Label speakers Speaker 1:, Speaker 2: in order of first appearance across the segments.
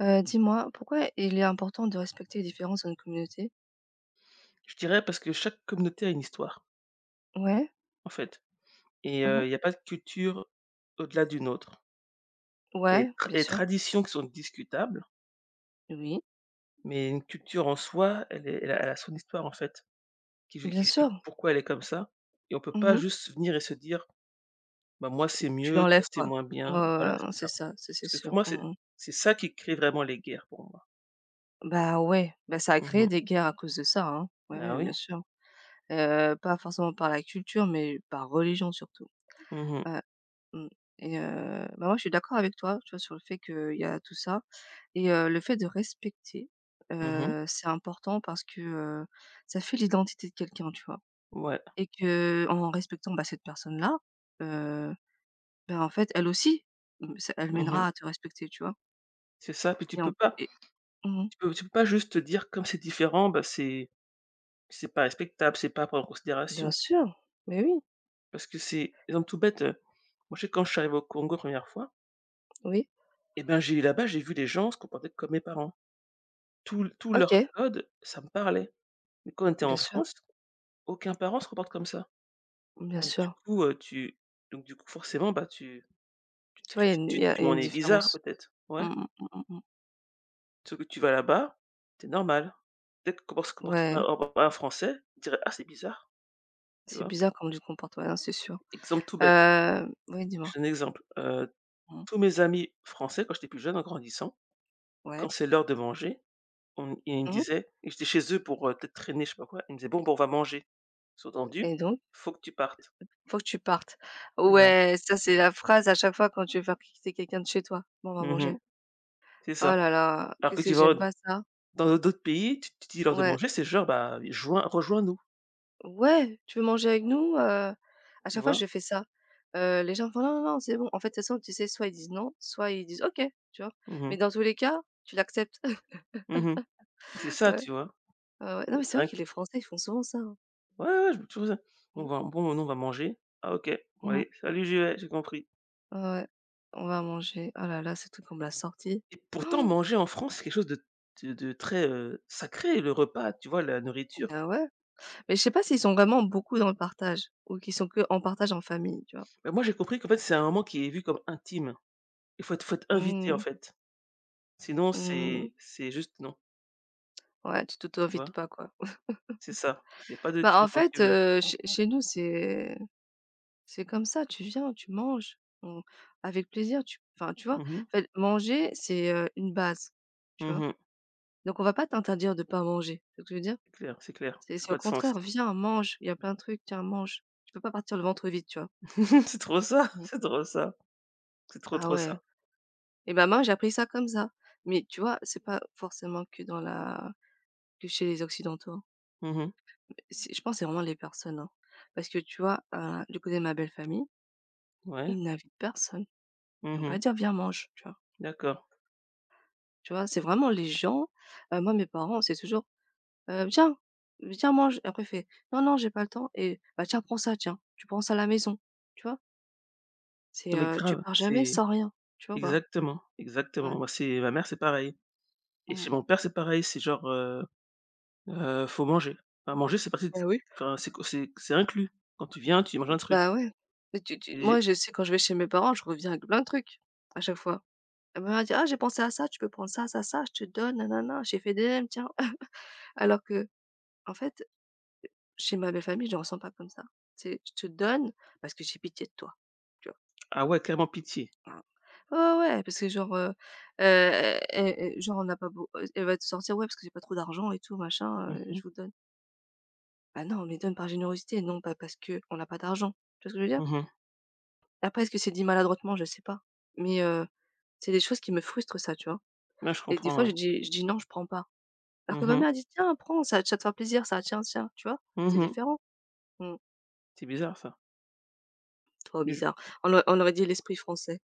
Speaker 1: Dis-moi, pourquoi il est important de respecter les différences dans une communauté?
Speaker 2: Je dirais parce que chaque communauté a une histoire,
Speaker 1: Ouais.
Speaker 2: en fait, et
Speaker 1: Mmh.
Speaker 2: il y a pas de culture au-delà d'une autre et
Speaker 1: Ouais, bien sûr.
Speaker 2: traditions qui sont discutables,
Speaker 1: Oui,
Speaker 2: mais une culture en soi, elle a son histoire, en fait, qui
Speaker 1: bien
Speaker 2: qui
Speaker 1: sûr.
Speaker 2: explique pourquoi elle est comme ça, et on peut pas
Speaker 1: Mmh.
Speaker 2: juste venir et se dire: «Bah, moi, c'est
Speaker 1: Tu
Speaker 2: mieux, toi,
Speaker 1: l'enlèves
Speaker 2: c'est
Speaker 1: quoi.
Speaker 2: moins
Speaker 1: Ouais,
Speaker 2: bien». Voilà,
Speaker 1: ouais, ouais,
Speaker 2: c'est ça.
Speaker 1: c'est ça, ça
Speaker 2: Parce
Speaker 1: c'est
Speaker 2: que pour
Speaker 1: sûr.
Speaker 2: moi, c'est
Speaker 1: Mmh.
Speaker 2: c'est ça qui crée vraiment les guerres pour moi.
Speaker 1: Bah ouais, bah ça a créé
Speaker 2: Mmh.
Speaker 1: des guerres à cause de ça, hein. Ouais,
Speaker 2: Ah
Speaker 1: ouais,
Speaker 2: oui.
Speaker 1: bien sûr. Pas forcément par la culture, mais par religion surtout.
Speaker 2: Mmh mh.
Speaker 1: Ouais, mmh, et bah moi je suis d'accord avec toi, tu vois, sur le fait qu'il y a tout ça et le fait de respecter,
Speaker 2: Mmh.
Speaker 1: c'est important parce que, ça fait l'identité de quelqu'un, tu vois?
Speaker 2: Ouais.
Speaker 1: Et que en respectant, bah, cette personne-là, heu, ben, en fait, elle aussi, mmh, ça elle
Speaker 2: Mmh.
Speaker 1: mènera à te respecter, tu vois?
Speaker 2: C'est ça, puis tu
Speaker 1: Et en
Speaker 2: peux pas
Speaker 1: et mmh
Speaker 2: tu peux tu peux pas juste te dire comme c'est différent, bah, c'est pas respectable, c'est pas pris en
Speaker 1: Bien
Speaker 2: considération.
Speaker 1: sûr, mais oui,
Speaker 2: Parce que c'est exemple tout bête, moi, je sais que quand je suis arrivé au Congo la 1 fois,
Speaker 1: oui.
Speaker 2: et ben, j'ai eu là-bas, j'ai vu les gens se comporter comme mes parents. Tout leur
Speaker 1: OK,
Speaker 2: code, ça me parlait. Mais quand on était
Speaker 1: bien
Speaker 2: en
Speaker 1: sûr,
Speaker 2: France, aucun parent se comporte comme ça.
Speaker 1: bien
Speaker 2: Donc du
Speaker 1: sûr.
Speaker 2: coup, heu, tu donc du coup, forcément, bah, tu tu
Speaker 1: Tu vois, il y
Speaker 2: tu
Speaker 1: a une
Speaker 2: tu te dis:
Speaker 1: il
Speaker 2: «Mais
Speaker 1: y a
Speaker 2: on
Speaker 1: une
Speaker 2: est bizarre
Speaker 1: différence.
Speaker 2: peut-être».
Speaker 1: Mmh
Speaker 2: Ouais,
Speaker 1: mh, mmh mh, mmh.
Speaker 2: sauf que tu vas là-bas, t'es normal. Peut-être que comment se comporte un
Speaker 1: Ouais,
Speaker 2: un un Français, tu dirais: «Ah, c'est bizarre», tu
Speaker 1: c'est
Speaker 2: vois?
Speaker 1: bizarre comme du comportement comportes, ouais, hein, c'est sûr.
Speaker 2: Exemple tout bête,
Speaker 1: Oui,
Speaker 2: je
Speaker 1: dis-moi?
Speaker 2: donne un exemple,
Speaker 1: Mmh.
Speaker 2: tous mes amis français, quand j'étais plus jeune, en grandissant, quand
Speaker 1: Ouais.
Speaker 2: c'est l'heure de manger, on ils me
Speaker 1: Mmh.
Speaker 2: disaient, et j'étais chez eux pour, peut-être traîner, je sais pas quoi, ils me disaient: «Bon, bon, on va manger. Sous-entendu,
Speaker 1: Et donc?
Speaker 2: faut que tu partes».
Speaker 1: Faut que tu partes.
Speaker 2: Voilà.
Speaker 1: Ouais, ça, c'est la phrase à chaque fois quand tu veux faire quitter quelqu'un de chez toi. «Bon, on va
Speaker 2: Mmh.
Speaker 1: manger».
Speaker 2: C'est
Speaker 1: Oh
Speaker 2: ça.
Speaker 1: là là,
Speaker 2: Alors que
Speaker 1: qu'est-ce que
Speaker 2: tu vas
Speaker 1: j'aime pas ça.
Speaker 2: dans d'autres pays, tu dis l'heure de
Speaker 1: Ouais.
Speaker 2: manger, c'est genre: «Bah, joins rejoins-nous»,
Speaker 1: Ouais, tu veux manger avec nous? À
Speaker 2: tu
Speaker 1: chaque fois
Speaker 2: vois?
Speaker 1: je fais ça. Les gens me font: «Non, non, non, c'est bon». En fait, de toute façon, tu sais, soit ils disent non, soit ils disent: «OK», tu vois?
Speaker 2: Mmh
Speaker 1: Mais
Speaker 2: mh.
Speaker 1: dans tous les cas, tu l'acceptes.
Speaker 2: Mmh. C'est ça,
Speaker 1: Ouais,
Speaker 2: tu vois?
Speaker 1: ouais, ouais. Non, mais c'est vrai
Speaker 2: Rien
Speaker 1: que
Speaker 2: que,
Speaker 1: les Français, ils font souvent ça, hein.
Speaker 2: ouais, ouais, je me toujours ça. On
Speaker 1: Mmh.
Speaker 2: va, bon, nous, on va manger. Ah, OK. Bon,
Speaker 1: Mmh.
Speaker 2: allez, salut, j'y vais, j'ai compris.
Speaker 1: Ouais, ouais. On va manger. Oh là là, ce truc, on me l'a sorti.
Speaker 2: Et pourtant
Speaker 1: Oh!
Speaker 2: manger en France, c'est quelque chose de de très, sacré, le repas, tu vois? La nourriture.
Speaker 1: Bah, ouais. Mais je sais pas s'ils sont vraiment beaucoup dans le partage ou qu'ils sont que en partage en famille, tu vois?
Speaker 2: Bah, moi j'ai compris qu'en fait c'est un moment qui est vu comme intime. Il faut être Faut être invité, en
Speaker 1: Mmh,
Speaker 2: fait. Sinon
Speaker 1: mmh.
Speaker 2: c'est juste non,
Speaker 1: Ouais, tu
Speaker 2: tu
Speaker 1: t'auto-invites
Speaker 2: vois?
Speaker 1: pas, quoi.
Speaker 2: C'est ça. Il y a pas de tu
Speaker 1: Bah,
Speaker 2: veux
Speaker 1: en
Speaker 2: quand tu
Speaker 1: fait,
Speaker 2: veux.
Speaker 1: heu, chez chez nous, c'est comme ça, tu viens, tu manges, on avec plaisir, tu enfin, tu vois? En
Speaker 2: Mmh mh.
Speaker 1: fait, manger, c'est, une base, tu vois?
Speaker 2: Mmh.
Speaker 1: Donc on va pas t'interdire de pas manger, tu vois ce que je veux dire?
Speaker 2: C'est clair, c'est clair.
Speaker 1: C'est
Speaker 2: Ça a
Speaker 1: c'est au
Speaker 2: pas de sens.
Speaker 1: contraire: «Viens, mange, il y a plein de trucs, tiens, mange». Tu peux pas partir le ventre vide, tu vois?
Speaker 2: C'est trop ça,
Speaker 1: Mmh.
Speaker 2: c'est trop ça. C'est trop,
Speaker 1: Ah
Speaker 2: trop
Speaker 1: ouais,
Speaker 2: ça.
Speaker 1: et ben moi, j'ai appris ça comme ça. Mais tu vois, c'est pas forcément que dans la que chez les occidentaux, hein.
Speaker 2: Mmh.
Speaker 1: C'est je pense que c'est vraiment les personnes, hein. Parce que tu vois, du côté de ma belle famille,
Speaker 2: Ouais.
Speaker 1: ils n'invitent personne. Ils vont pas
Speaker 2: Mmh.
Speaker 1: dire: «Viens, mange», tu vois?
Speaker 2: D'accord.
Speaker 1: Tu vois? C'est vraiment les gens, moi, mes parents, c'est toujours: Tiens, viens mange». Après il fait: «Non, non, j'ai pas le temps» et «Bah, tiens, prends ça, tiens, tu prends ça à la maison». Tu vois?
Speaker 2: Non
Speaker 1: C'est,
Speaker 2: mais
Speaker 1: tu
Speaker 2: grave,
Speaker 1: pars jamais
Speaker 2: c'est
Speaker 1: sans rien, tu vois ou
Speaker 2: exactement,
Speaker 1: ouais,
Speaker 2: exactement. Moi c'est ma mère c'est pareil, et
Speaker 1: mmh.
Speaker 2: chez mon père c'est pareil, c'est genre, faut manger. Enfin manger c'est parti,
Speaker 1: Bah, oui.
Speaker 2: enfin c'est co c'est inclus. Quand tu viens, tu manges un truc
Speaker 1: Bah, ouais, mais tu tu
Speaker 2: et
Speaker 1: moi,
Speaker 2: j'ai-
Speaker 1: je sais quand je vais chez mes parents, je reviens avec plein de trucs, à chaque fois. Ma mère elle m'a dit: «Ah, j'ai pensé à ça, tu peux prendre ça, ça, ça, je te donne, nanana, j'ai fait des nems, tiens». Alors que en fait, chez ma belle famille, je ne ressens pas comme ça. C'est: «Je te donne parce que j'ai pitié de toi».
Speaker 2: ah, ouais, clairement pitié.
Speaker 1: Ah. Ouais, ouais, ouais, parce que genre, e e genre on n'a pas beau elle va te sortir: «Ouais, parce que j'ai pas trop d'argent et tout machin,
Speaker 2: Mmh mh.
Speaker 1: je vous donne». Bah non, mais donne par générosité, non pas parce que on n'a pas d'argent. Tu vois ce que je veux dire?
Speaker 2: Mmh mh.
Speaker 1: Après, est-ce que c'est dit maladroitement? Je sais pas. Mais, c'est des choses qui me frustrent ça, tu vois?
Speaker 2: Ouais, je
Speaker 1: Et des
Speaker 2: comprends,
Speaker 1: fois
Speaker 2: ouais.
Speaker 1: je dis: «Non, je prends pas». Alors que
Speaker 2: Mmh
Speaker 1: ma
Speaker 2: mh.
Speaker 1: mère elle dit: «Tiens, prends, ça ça te faire plaisir, ça, tiens, tiens». Tu vois?
Speaker 2: Mmh
Speaker 1: C'est
Speaker 2: mh.
Speaker 1: différent. Mmh.
Speaker 2: C'est bizarre, ça.
Speaker 1: Trop
Speaker 2: Mais je
Speaker 1: bizarre. On aurait dit l'esprit français.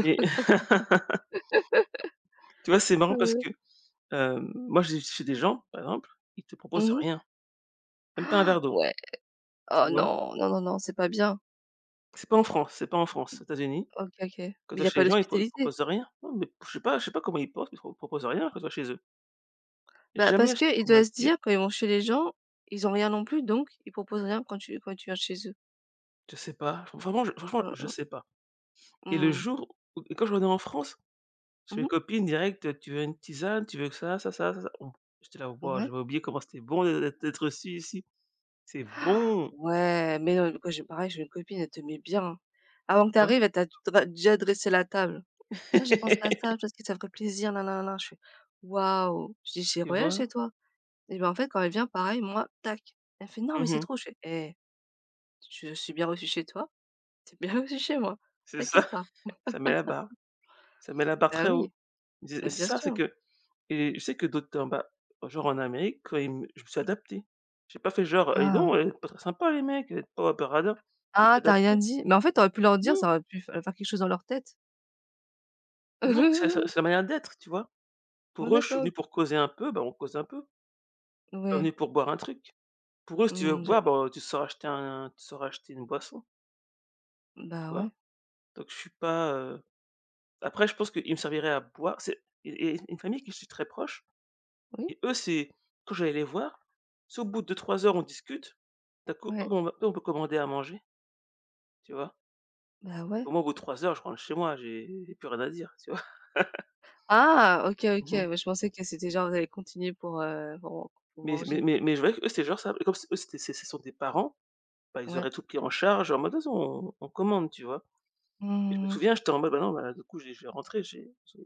Speaker 2: et Tu vois, c'est
Speaker 1: Ah
Speaker 2: marrant parce
Speaker 1: ouais.
Speaker 2: que, moi, j'ai chez des gens, par exemple, ils te proposent
Speaker 1: Mmh.
Speaker 2: rien, même pas un verre d'eau,
Speaker 1: Ouais.
Speaker 2: tu
Speaker 1: Oh
Speaker 2: vois?
Speaker 1: non, non, non, non, c'est pas bien.
Speaker 2: C'est pas en France, c'est pas en France. Aux États-Unis,
Speaker 1: OK, OK.
Speaker 2: quand tu
Speaker 1: Mais il
Speaker 2: vas
Speaker 1: y a
Speaker 2: chez les
Speaker 1: pas
Speaker 2: gens, ils te
Speaker 1: d'hospitalité?
Speaker 2: proposent rien. Non, mais je sais pas comment ils pensent, ils te pro proposent rien quand tu vas chez eux.
Speaker 1: Bah, parce
Speaker 2: Jamais je
Speaker 1: qu'ils
Speaker 2: On m'a
Speaker 1: doivent se
Speaker 2: dit:
Speaker 1: dire quand ils vont chez les gens, ils ont rien non plus, donc ils proposent rien quand tu viens chez eux.
Speaker 2: «Je sais pas». Vraiment, je franchement, je
Speaker 1: Mmh
Speaker 2: sais pas. Et le
Speaker 1: mh.
Speaker 2: jour où et Quand je revenais en France. Parce que
Speaker 1: Mmh
Speaker 2: les
Speaker 1: mh.
Speaker 2: copines direct: «Tu veux une tisane? Tu veux que ça, ça, ça, ça, ça?» on j'étais là: «Waouh,
Speaker 1: Ouais.
Speaker 2: j'avais oublié comment c'était bon d'être reçu ici. C'est bon!»
Speaker 1: Ouais, mais non, moi j'ai pareil, j'ai une copine, elle te met bien. Hein. Avant
Speaker 2: Tu
Speaker 1: que tu
Speaker 2: vois?
Speaker 1: arrives, elle t'a dra déjà dressé la table. «Tiens, j'ai pensé à ça parce que ça ferait plaisir, nin nin nin nin». Je fais: «Waouh!» Je dis: «J'ai
Speaker 2: Tu
Speaker 1: rien chez
Speaker 2: vois?
Speaker 1: toi». Et ben, en fait, quand elle vient, pareil, moi, tac. Elle fait: «Non, mais c'est
Speaker 2: Mmh.
Speaker 1: trop». Je fais: «Eh, je suis bien reçue chez toi, tu es bien reçue chez moi,
Speaker 2: C'est ça,
Speaker 1: t'inquiète pas».
Speaker 2: ça met la barre, ça met la barre
Speaker 1: Bah
Speaker 2: très haut.
Speaker 1: oui,
Speaker 2: C'est
Speaker 1: bah bien
Speaker 2: ça, c'est
Speaker 1: sûr.
Speaker 2: que. Et je sais que d'autres, bah, genre en Amérique, quand ils me je me suis adapté. J'ai pas fait genre: «Et dis
Speaker 1: Ah!
Speaker 2: donc, vous pas très sympa les mecs, vous êtes pas rabbin radins». Je me suis
Speaker 1: Ah, t'as rien
Speaker 2: adapté.
Speaker 1: dit? Mais en fait, t'aurais pu leur dire,
Speaker 2: Non,
Speaker 1: ça aurait pu fa faire quelque chose dans leur tête.
Speaker 2: non, c'est la manière d'être, tu vois?
Speaker 1: Oh
Speaker 2: Pour eux, je suis
Speaker 1: d'accord,
Speaker 2: venu
Speaker 1: OK.
Speaker 2: pour causer un peu, bah, on cause un peu. Je suis pas venu
Speaker 1: Ouais,
Speaker 2: pour boire un truc. Pour eux, si tu veux
Speaker 1: mmh, je
Speaker 2: boire, bah, tu sauras acheter une boisson, tu
Speaker 1: bah,
Speaker 2: vois?
Speaker 1: ouais,
Speaker 2: Donc je suis pas, après je pense qu'ils me serviraient à boire. C'est et une famille qui je suis très proche,
Speaker 1: oui,
Speaker 2: et eux, c'est quand j'allais les voir, si au bout de 3 heures on discute, d'un coup: «Oh,
Speaker 1: ouais,
Speaker 2: bon, on peut commander à manger», tu vois?
Speaker 1: bah, ouais.
Speaker 2: Au moins au bout de 3 heures, je rentre chez moi, j'ai plus rien à dire, tu vois?
Speaker 1: Ah! OK, OK,
Speaker 2: Mmh.
Speaker 1: ouais, je pensais que c'était genre, vous allez continuer pour, pour
Speaker 2: Mais mais
Speaker 1: manger.
Speaker 2: mais mais je vois que eux c'est genre ça, et comme c'est eux, c'est ce sont des parents, bah, ils
Speaker 1: Ouais.
Speaker 2: auraient tout pris en charge en mode: «De toute, on commande», tu vois? Et je me
Speaker 1: Mmh.
Speaker 2: souviens, j'étais en mode: «Bah non, bah, du coup, j'ai je vais rentrer, j'ai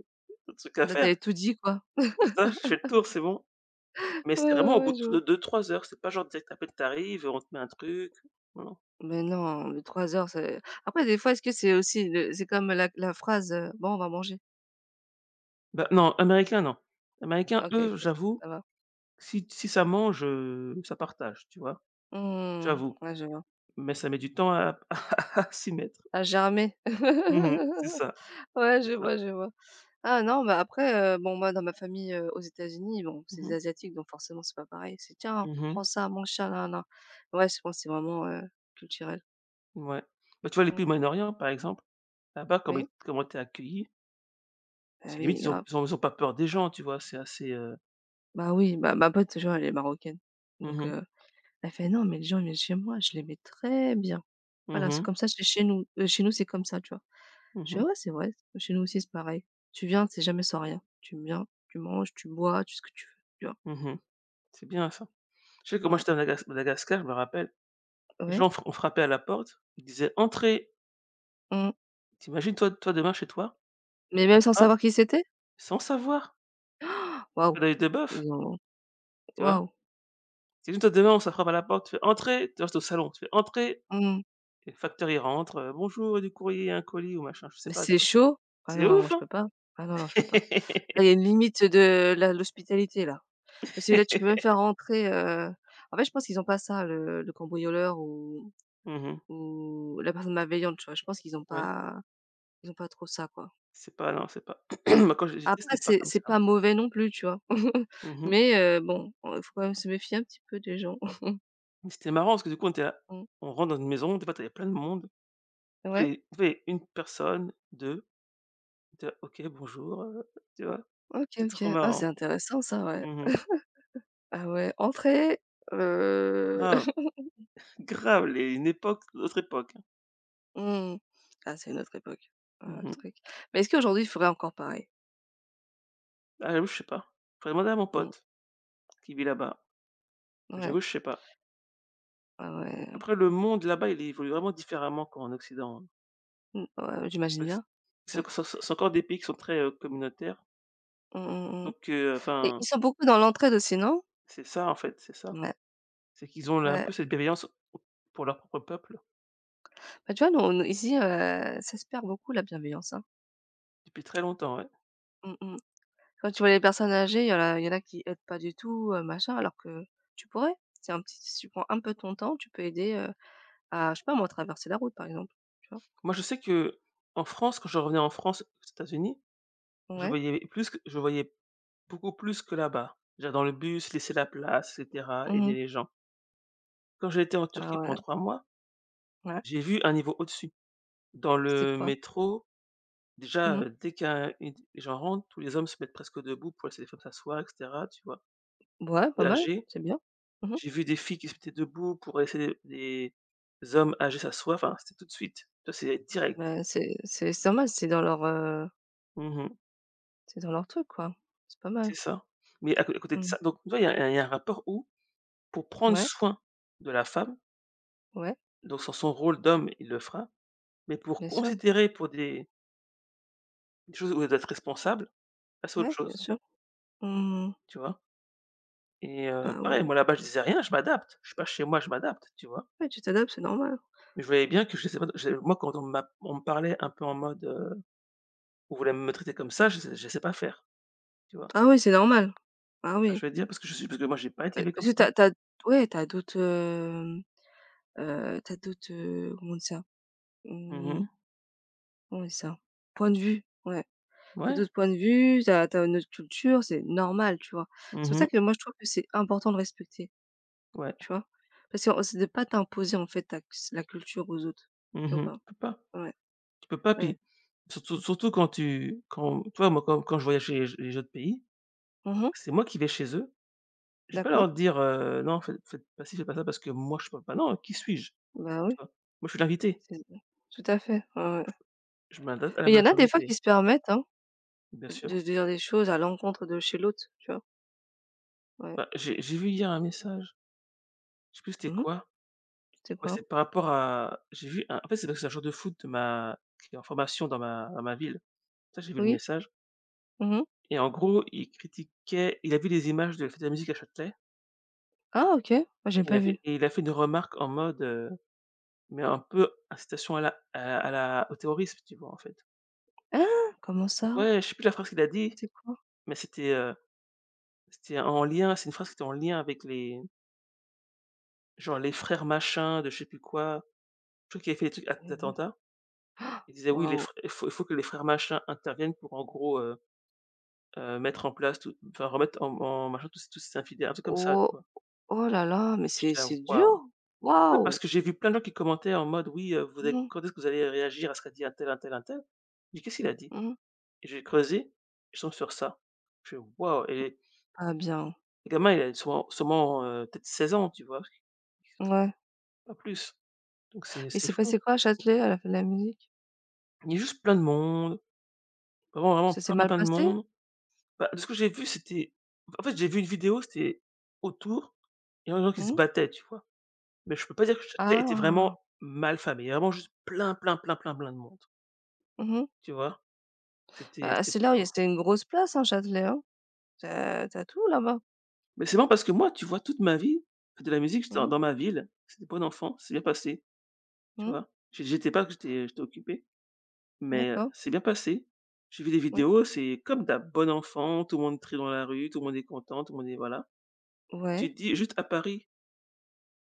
Speaker 2: d'autres trucs à
Speaker 1: Bah,
Speaker 2: faire».
Speaker 1: t'avais tout dit, quoi.
Speaker 2: C'est ça, j'ai fait le tour, c'est bon. Mais
Speaker 1: Ouais,
Speaker 2: c'est vraiment
Speaker 1: ouais,
Speaker 2: au
Speaker 1: ouais,
Speaker 2: bout
Speaker 1: je vois.
Speaker 2: de deux trois heures, c'est pas genre direct à peine tu arrives, on te met un truc, non, non.
Speaker 1: Mais non, mais 3 heures, c'est après des fois, est-ce que c'est aussi le c'est comme la phrase, «Bon, on va manger».
Speaker 2: Bah, non, américain, non. Américain
Speaker 1: Ah, OK,
Speaker 2: eux,
Speaker 1: OK,
Speaker 2: j'avoue,
Speaker 1: ça va.
Speaker 2: si ça mange, ça partage, tu vois?
Speaker 1: Mmh,
Speaker 2: J'avoue.
Speaker 1: ouais, je vois.
Speaker 2: Mais ça met du temps à à s'y mettre.
Speaker 1: Ça a
Speaker 2: Mmh, c'est ça,
Speaker 1: Ouais,
Speaker 2: c'est
Speaker 1: je
Speaker 2: ça.
Speaker 1: vois, je vois. Ah non, bah, après, bon, moi, dans ma famille, aux États-Unis, bon, c'est
Speaker 2: Mmh
Speaker 1: des
Speaker 2: mh.
Speaker 1: asiatiques, donc forcément, c'est pas pareil. C'est: «Tiens,
Speaker 2: Mmh.
Speaker 1: prends ça, mon chat là na, ouais, je pense que c'est vraiment, culturel».
Speaker 2: Ouais. Bah, tu vois, les pays au
Speaker 1: Mmh,
Speaker 2: Moyen-Orient, par exemple, là-bas,
Speaker 1: oui,
Speaker 2: comment t'es accueilli,
Speaker 1: bah,
Speaker 2: c'est limite
Speaker 1: oui, grave.
Speaker 2: ils ont pas peur des gens, tu vois? C'est assez,
Speaker 1: Bah, oui, bah, ma pote, toujours elle est marocaine,
Speaker 2: mmh
Speaker 1: donc
Speaker 2: mh.
Speaker 1: elle fait: «Non, mais les gens, ils viennent chez moi, je les mets très bien.
Speaker 2: Mmh
Speaker 1: Voilà, c'est
Speaker 2: mh.
Speaker 1: comme ça, c'est chez nous. Chez nous, c'est comme ça», tu vois? Je fais:
Speaker 2: Mmh.
Speaker 1: «Ouais, c'est vrai, chez nous aussi, c'est pareil. Tu viens, c'est jamais sans rien. Tu viens, tu manges, tu bois, tu ce que tu veux», tu vois?
Speaker 2: Mmh. C'est bien ça. Je sais, comment
Speaker 1: Ouais.
Speaker 2: j'étais à Madagascar, je me rappelle, les
Speaker 1: Ouais.
Speaker 2: gens fr ont frappé à la porte, ils disaient: «Entrez!»
Speaker 1: Mmh.
Speaker 2: T'imagines toi, demain chez toi,
Speaker 1: Mais
Speaker 2: ça
Speaker 1: même sans
Speaker 2: frappe
Speaker 1: savoir qui c'était?
Speaker 2: sans savoir,
Speaker 1: Waouh!
Speaker 2: pas d'œil de bœuf,
Speaker 1: Ils ont
Speaker 2: tu vois?
Speaker 1: waouh!
Speaker 2: Tu imagines toi demain, on ça frappe à la porte, tu fais: «Entrez!» Tu vois? Tu Au salon, tu fais: «Entrez!»
Speaker 1: Mmh.
Speaker 2: Et le facteur il rentre: «Bonjour, du courrier, un colis» ou machin, je sais
Speaker 1: Mais
Speaker 2: pas, tu
Speaker 1: c'est
Speaker 2: vois?
Speaker 1: chaud. Ah
Speaker 2: C'est
Speaker 1: non, non, moi
Speaker 2: ouf,
Speaker 1: je
Speaker 2: hein?
Speaker 1: peux pas. Ah non, non, je peux pas. Là, il y a une limite de la l'hospitalité là. Parce que là, tu peux même faire rentrer, en fait, je pense qu'ils ont pas ça, le cambrioleur
Speaker 2: Mmh.
Speaker 1: ou la personne malveillante, tu vois? Je pense qu'ils ont
Speaker 2: Ouais,
Speaker 1: pas ils ont pas trop ça, quoi.
Speaker 2: c'est pas, non, c'est pas moi quand j'étais,
Speaker 1: Après,
Speaker 2: c'était pas
Speaker 1: c'est
Speaker 2: comme
Speaker 1: c'est
Speaker 2: ça, hein.
Speaker 1: pas mauvais non plus, tu vois?
Speaker 2: Mmh.
Speaker 1: Mais bon, il faut quand même se méfier un petit peu des gens.
Speaker 2: Mais c'était marrant parce que du coup on était là,
Speaker 1: Mmh.
Speaker 2: on rentre dans une maison, des fois tu plein de monde,
Speaker 1: Ouais?
Speaker 2: tu avais une personne, 2. Tu vois? OK, bonjour, tu vois?
Speaker 1: OK,
Speaker 2: C'est
Speaker 1: OK.
Speaker 2: trop
Speaker 1: Ah, c'est
Speaker 2: marrant.
Speaker 1: intéressant ça, ouais.
Speaker 2: Mmh.
Speaker 1: Ah ouais, entrée, heu,
Speaker 2: Grave, grave, les une époque, autre époque, hein.
Speaker 1: mmh. Ah, c'est une autre époque, le
Speaker 2: Mmh.
Speaker 1: truc. Mais est-ce qu'aujourd'hui, il ferait encore pareil?
Speaker 2: Ah, j'avoue, je sais pas. Faudrait demander à mon
Speaker 1: Mmh,
Speaker 2: pote qui vit là-bas. Mais
Speaker 1: ouais,
Speaker 2: j'avoue, je sais pas.
Speaker 1: ouais, ouais,
Speaker 2: Après le monde là-bas, il évolue vraiment différemment qu'en occident, hein.
Speaker 1: mmh, ouais, j'imagine
Speaker 2: Parce que
Speaker 1: bien. Ils sont
Speaker 2: c'est encore des pays qui sont très, communautaires.
Speaker 1: mmh mh, mmh
Speaker 2: Donc
Speaker 1: et ils
Speaker 2: enfin,
Speaker 1: sont beaucoup dans l'entraide aussi, non?
Speaker 2: c'est ça, en fait, c'est ça.
Speaker 1: Ouais,
Speaker 2: C'est qu'ils ont là un
Speaker 1: ouais.
Speaker 2: peu cette bienveillance pour leur propre peuple
Speaker 1: Bah, tu vois, nous, on ici, ça se perd beaucoup la bienveillance, hein.
Speaker 2: depuis très longtemps, ouais.
Speaker 1: Mmh mh. Quand tu vois les personnes âgées, il y en a qui aident pas du tout, machin, alors que tu pourrais. C'est un petit si tu prends un peu ton temps, tu peux aider, à, je sais pas moi, traverser la route, par exemple, tu vois?
Speaker 2: Moi, je sais que en France, quand je revenais en France, aux États-Unis,
Speaker 1: Ouais.
Speaker 2: je voyais beaucoup plus que là-bas. Déjà dans le bus, laisser la place et cetera,
Speaker 1: Mmh
Speaker 2: aider
Speaker 1: mh.
Speaker 2: les gens. Quand j'ai été en Turquie
Speaker 1: Ah
Speaker 2: pendant
Speaker 1: ouais.
Speaker 2: 3 mois,
Speaker 1: Ouais,
Speaker 2: j'ai vu un niveau au-dessus. Dans
Speaker 1: c'était
Speaker 2: le
Speaker 1: quoi?
Speaker 2: métro, déjà,
Speaker 1: Mmh.
Speaker 2: dès qu'un une les gens rentrent, tous les hommes se mettent presque debout pour laisser les femmes s'asseoir et cetera, tu vois?
Speaker 1: Ouais, pas
Speaker 2: Les
Speaker 1: mal,
Speaker 2: âgées,
Speaker 1: c'est bien. Mmh.
Speaker 2: j'ai vu des filles qui se mettaient debout pour laisser les hommes âgés s'asseoir, enfin, c'était tout de suite. Ça, c'est direct.
Speaker 1: Bah, c'est normal,
Speaker 2: Mmh,
Speaker 1: c'est dans leur truc, quoi. C'est pas
Speaker 2: c'est
Speaker 1: mal.
Speaker 2: ça. Mais à côté de
Speaker 1: Mmh.
Speaker 2: ça, donc tu vois, il y a un rapport où, pour prendre
Speaker 1: Ouais,
Speaker 2: soin de la femme,
Speaker 1: ouais,
Speaker 2: donc sur son rôle d'homme, il le fera. Mais pour
Speaker 1: bien sûr.
Speaker 2: considérer pour des choses où elle doit être responsable, là, c'est autre
Speaker 1: Ouais, bien
Speaker 2: chose,
Speaker 1: sûr. Mmh,
Speaker 2: tu vois?
Speaker 1: bah,
Speaker 2: Pareil,
Speaker 1: ouais.
Speaker 2: moi là-bas, je disais rien, je m'adapte. Je suis pas chez moi, je m'adapte, tu vois?
Speaker 1: Ouais, tu t'adaptes, c'est normal.
Speaker 2: Mais je voyais bien que, je sais pas je moi, quand on me parlait un peu en mode, on voulait me traiter comme ça, je sais pas faire, tu vois?
Speaker 1: Ah oui, c'est normal. Ah
Speaker 2: Tu
Speaker 1: oui.
Speaker 2: Je veux dire? Parce que je suis parce que moi, j'ai pas été
Speaker 1: Bah,
Speaker 2: élevé comme
Speaker 1: parce que
Speaker 2: ça.
Speaker 1: t'as ouais, t'as d'autres, tu d'autres, comment dire ça? Mmh,
Speaker 2: Mmh.
Speaker 1: comment on dit ça? Point de vue, ouais. T'as
Speaker 2: Ouais.
Speaker 1: d'autres points de vue, t'as une autre culture, c'est normal, tu vois? C'est pour
Speaker 2: Mmh.
Speaker 1: ça que moi je trouve que c'est important de respecter.
Speaker 2: Ouais.
Speaker 1: Tu vois? Parce que c'est de pas t'imposer en fait ta c la culture aux autres, tu vois
Speaker 2: Mmh. Tu
Speaker 1: pas?
Speaker 2: peux pas.
Speaker 1: Ouais,
Speaker 2: Tu peux pas,
Speaker 1: ouais.
Speaker 2: puis surtout quand tu vois, moi, quand je voyageais les autres pays,
Speaker 1: Mmh.
Speaker 2: c'est moi qui vais chez eux. Je vais pas leur
Speaker 1: D'accord.
Speaker 2: dire: «Non, faites pas ci, faites pas ça, parce que moi, je peux pas». Non, qui suis-je?
Speaker 1: Bah,
Speaker 2: Tu
Speaker 1: oui,
Speaker 2: vois? Moi, je suis l'invité.
Speaker 1: c'est tout à fait, ouais, ouais.
Speaker 2: Je m'adapte à la
Speaker 1: Mais il y en a des fois
Speaker 2: majorité,
Speaker 1: qui se permettent, hein,
Speaker 2: bien
Speaker 1: de
Speaker 2: sûr.
Speaker 1: de dire des choses à l'encontre de chez l'autre, tu vois? Ouais.
Speaker 2: Bah, j'ai vu hier un message, je sais plus c'était
Speaker 1: Mmh.
Speaker 2: quoi.
Speaker 1: C'était
Speaker 2: Ouais,
Speaker 1: quoi?
Speaker 2: c'est par rapport à j'ai vu un en fait, c'est parce que c'est un joueur de foot de ma qui est en formation dans ma ville. Ça, j'ai vu le
Speaker 1: Oui.
Speaker 2: message
Speaker 1: Mmh.
Speaker 2: et en gros, il critiquait il a vu des images de la fête de la musique à Châtelet
Speaker 1: Ah OK. Moi j'ai
Speaker 2: il
Speaker 1: pas
Speaker 2: a
Speaker 1: vu.
Speaker 2: fait et il a fait une remarque en mode, mais un peu incitation à la au terrorisme, tu vois, en fait.
Speaker 1: Hein? Comment ça?
Speaker 2: Ouais, je sais plus la phrase qu'il a dit,
Speaker 1: C'est quoi?
Speaker 2: mais c'était, c'était en lien c'est une phrase qui était en lien avec les genre les frères machins de je sais plus quoi. Je crois qu'il avait fait des trucs at
Speaker 1: Mmh.
Speaker 2: d'attentats. Il disait: «Oui, les
Speaker 1: Waouh.
Speaker 2: frè il faut que les frères machins interviennent pour en gros, mettre en place tout enfin remettre en en machin tous ces infidèles», un truc comme ça, tu
Speaker 1: Oh
Speaker 2: vois?
Speaker 1: oh là là, mais
Speaker 2: Et
Speaker 1: c'est
Speaker 2: j'étais là:
Speaker 1: c'est dur.
Speaker 2: «Waouh!» Ouais, parce
Speaker 1: Waouh.
Speaker 2: que j'ai vu plein de gens qui commentaient en mode: «Oui, vous
Speaker 1: Mmh
Speaker 2: êtes
Speaker 1: mh,
Speaker 2: quand est-ce que vous allez réagir à ce qu'a dit un tel untel, tel un tel. J'ai dit: «Qu'est-ce qu'il a dit?»
Speaker 1: mmh.
Speaker 2: Et j'ai creusé, je tombe sur ça. Je fais: «Waouh» et
Speaker 1: Pas bien.
Speaker 2: le gamin il a sûrement, peut-être 16 ans, tu vois?
Speaker 1: Ouais.
Speaker 2: Pas plus. Donc c'est
Speaker 1: Mais
Speaker 2: c'est
Speaker 1: c'est
Speaker 2: fou.
Speaker 1: passé quoi à Châtelet à la fête de la musique?
Speaker 2: Il y a juste plein de monde, vraiment, vraiment
Speaker 1: Ça s'est
Speaker 2: plein, plein,
Speaker 1: mal
Speaker 2: plein de
Speaker 1: passé?
Speaker 2: monde. Bah, de ce que j'ai vu, c'était en fait, j'ai vu une vidéo, c'était autour, il y a des gens qui se
Speaker 1: Mmh.
Speaker 2: battaient, tu vois? Mais je peux pas dire que Châtelet était
Speaker 1: Ah!
Speaker 2: vraiment mal famé. Il y a vraiment juste plein, plein, plein, plein, plein de monde,
Speaker 1: Mmh.
Speaker 2: tu vois? C'était
Speaker 1: Bah,
Speaker 2: c'était
Speaker 1: c'est là où il y a
Speaker 2: beaucoup.
Speaker 1: c'était une grosse place, hein, Châtelet, hein? Tu as tout là-bas.
Speaker 2: Mais c'est marrant parce que moi, tu vois, toute ma vie, de la musique, j'étais dans
Speaker 1: Mmh,
Speaker 2: dans ma ville, c'était bon enfant, c'est bien passé, tu
Speaker 1: mmh.
Speaker 2: vois? J'étais pas que j'étais occupé, mais
Speaker 1: D'accord,
Speaker 2: c'est bien passé. J'ai vu des
Speaker 1: oui.
Speaker 2: vidéos, c'est comme d'un bon enfant, tout le monde trie dans la rue, tout le monde est content, tout le monde est voilà.
Speaker 1: Ouais,
Speaker 2: Tu te dis juste à Paris,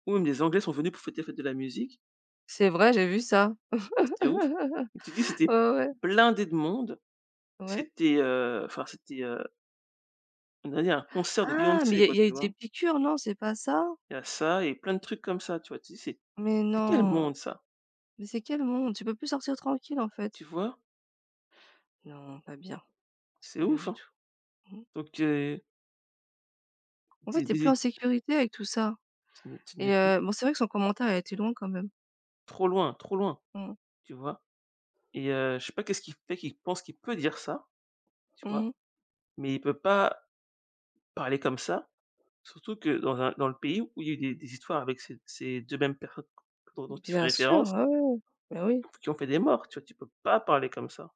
Speaker 2: où même les Anglais sont venus pour fêter la fête de la musique,
Speaker 1: c'est vrai, j'ai vu ça.
Speaker 2: ça c'était ouf. Tu te dis c'était
Speaker 1: Ouais, ouais,
Speaker 2: blindé de monde,
Speaker 1: ouais.
Speaker 2: c'était, enfin c'était, on allait à un concert de
Speaker 1: Ah, mais il
Speaker 2: Beyoncé
Speaker 1: y a il
Speaker 2: quoi,
Speaker 1: y a
Speaker 2: tu
Speaker 1: eu
Speaker 2: vois?
Speaker 1: des piqûres, non, c'est pas ça?
Speaker 2: Il y a ça et plein de trucs comme ça, tu vois? Tu dis:
Speaker 1: Mais
Speaker 2: c'est quel
Speaker 1: non,
Speaker 2: monde ça?»
Speaker 1: mais c'est quel monde? Tu peux plus sortir tranquille, en fait.
Speaker 2: Tu vois?
Speaker 1: Non, pas bien, c'est
Speaker 2: C'est
Speaker 1: pas bien
Speaker 2: ouf,
Speaker 1: du
Speaker 2: hein.
Speaker 1: tout. Mmh.
Speaker 2: Donc
Speaker 1: En
Speaker 2: tu
Speaker 1: fait, t'es plus
Speaker 2: es
Speaker 1: en sécurité avec tout ça
Speaker 2: tu n'es
Speaker 1: et
Speaker 2: plus
Speaker 1: heu, bon, c'est vrai que son commentaire a été loin quand même.
Speaker 2: trop loin,
Speaker 1: Mmh.
Speaker 2: tu vois? Et je sais pas qu'est-ce qui fait qu'il pense qu'il peut dire ça, tu vois?
Speaker 1: Mmh.
Speaker 2: Mais il peut pas parler comme ça. Surtout que dans un dans le pays où il y a eu des histoires avec ces 2 mêmes personnes dont tu fais
Speaker 1: Bien sûr,
Speaker 2: référence,
Speaker 1: ouais, ouais, ouais. Bah, oui.
Speaker 2: qui ont fait des morts, tu vois? Tu peux pas parler comme ça.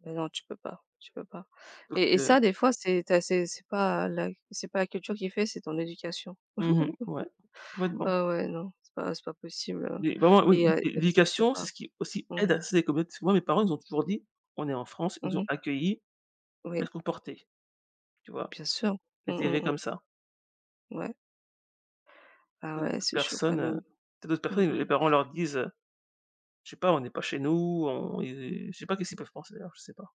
Speaker 1: Bah, non, tu peux pas
Speaker 2: Donc
Speaker 1: et et ça des fois c'est tu c'est pas la c'est pas la culture qui fait, c'est ton éducation.
Speaker 2: mmh, ouais, complètement.
Speaker 1: Ah ouais, non, c'est pas possible,
Speaker 2: Mais vraiment, oui,
Speaker 1: et ils respectent
Speaker 2: l'éducation, c'est
Speaker 1: pas.
Speaker 2: ce qui aussi aide
Speaker 1: Mmh mh.
Speaker 2: à ces communautés. Parce que moi, mes parents, ils ont toujours dit: «On est en France», ils nous ont
Speaker 1: Mmh.
Speaker 2: accueillis, bien
Speaker 1: Oui,
Speaker 2: comportés, tu vois?
Speaker 1: bien sûr.
Speaker 2: On
Speaker 1: Mmh
Speaker 2: a
Speaker 1: mh
Speaker 2: élevés
Speaker 1: mh.
Speaker 2: comme ça.
Speaker 1: Ouais. Ah
Speaker 2: Peut-être
Speaker 1: ouais,
Speaker 2: d'autres
Speaker 1: c'est chaud quand
Speaker 2: personnes, heu,
Speaker 1: même.
Speaker 2: peut-être d'autres
Speaker 1: Mmh
Speaker 2: personnes,
Speaker 1: mh.
Speaker 2: les parents leur disent, je sais pas: «On n'est pas chez nous», on et je sais pas qu'est-ce qu'ils peuvent penser d'ailleurs, je sais pas.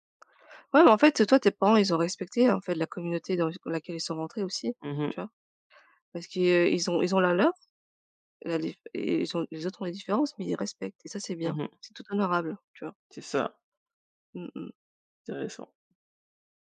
Speaker 1: Ouais, mais en fait, toi, tes parents, ils ont respecté, en fait, la communauté dans laquelle ils sont rentrés aussi,
Speaker 2: Mmh
Speaker 1: tu vois? Parce qu'ils ont la leur, la dif et ils ont les autres ont les différences, mais ils respectent et ça, c'est
Speaker 2: mh,
Speaker 1: bien.
Speaker 2: mmh,
Speaker 1: C'est tout honorable, tu vois?
Speaker 2: c'est ça,
Speaker 1: Mmh mh.
Speaker 2: intéressant.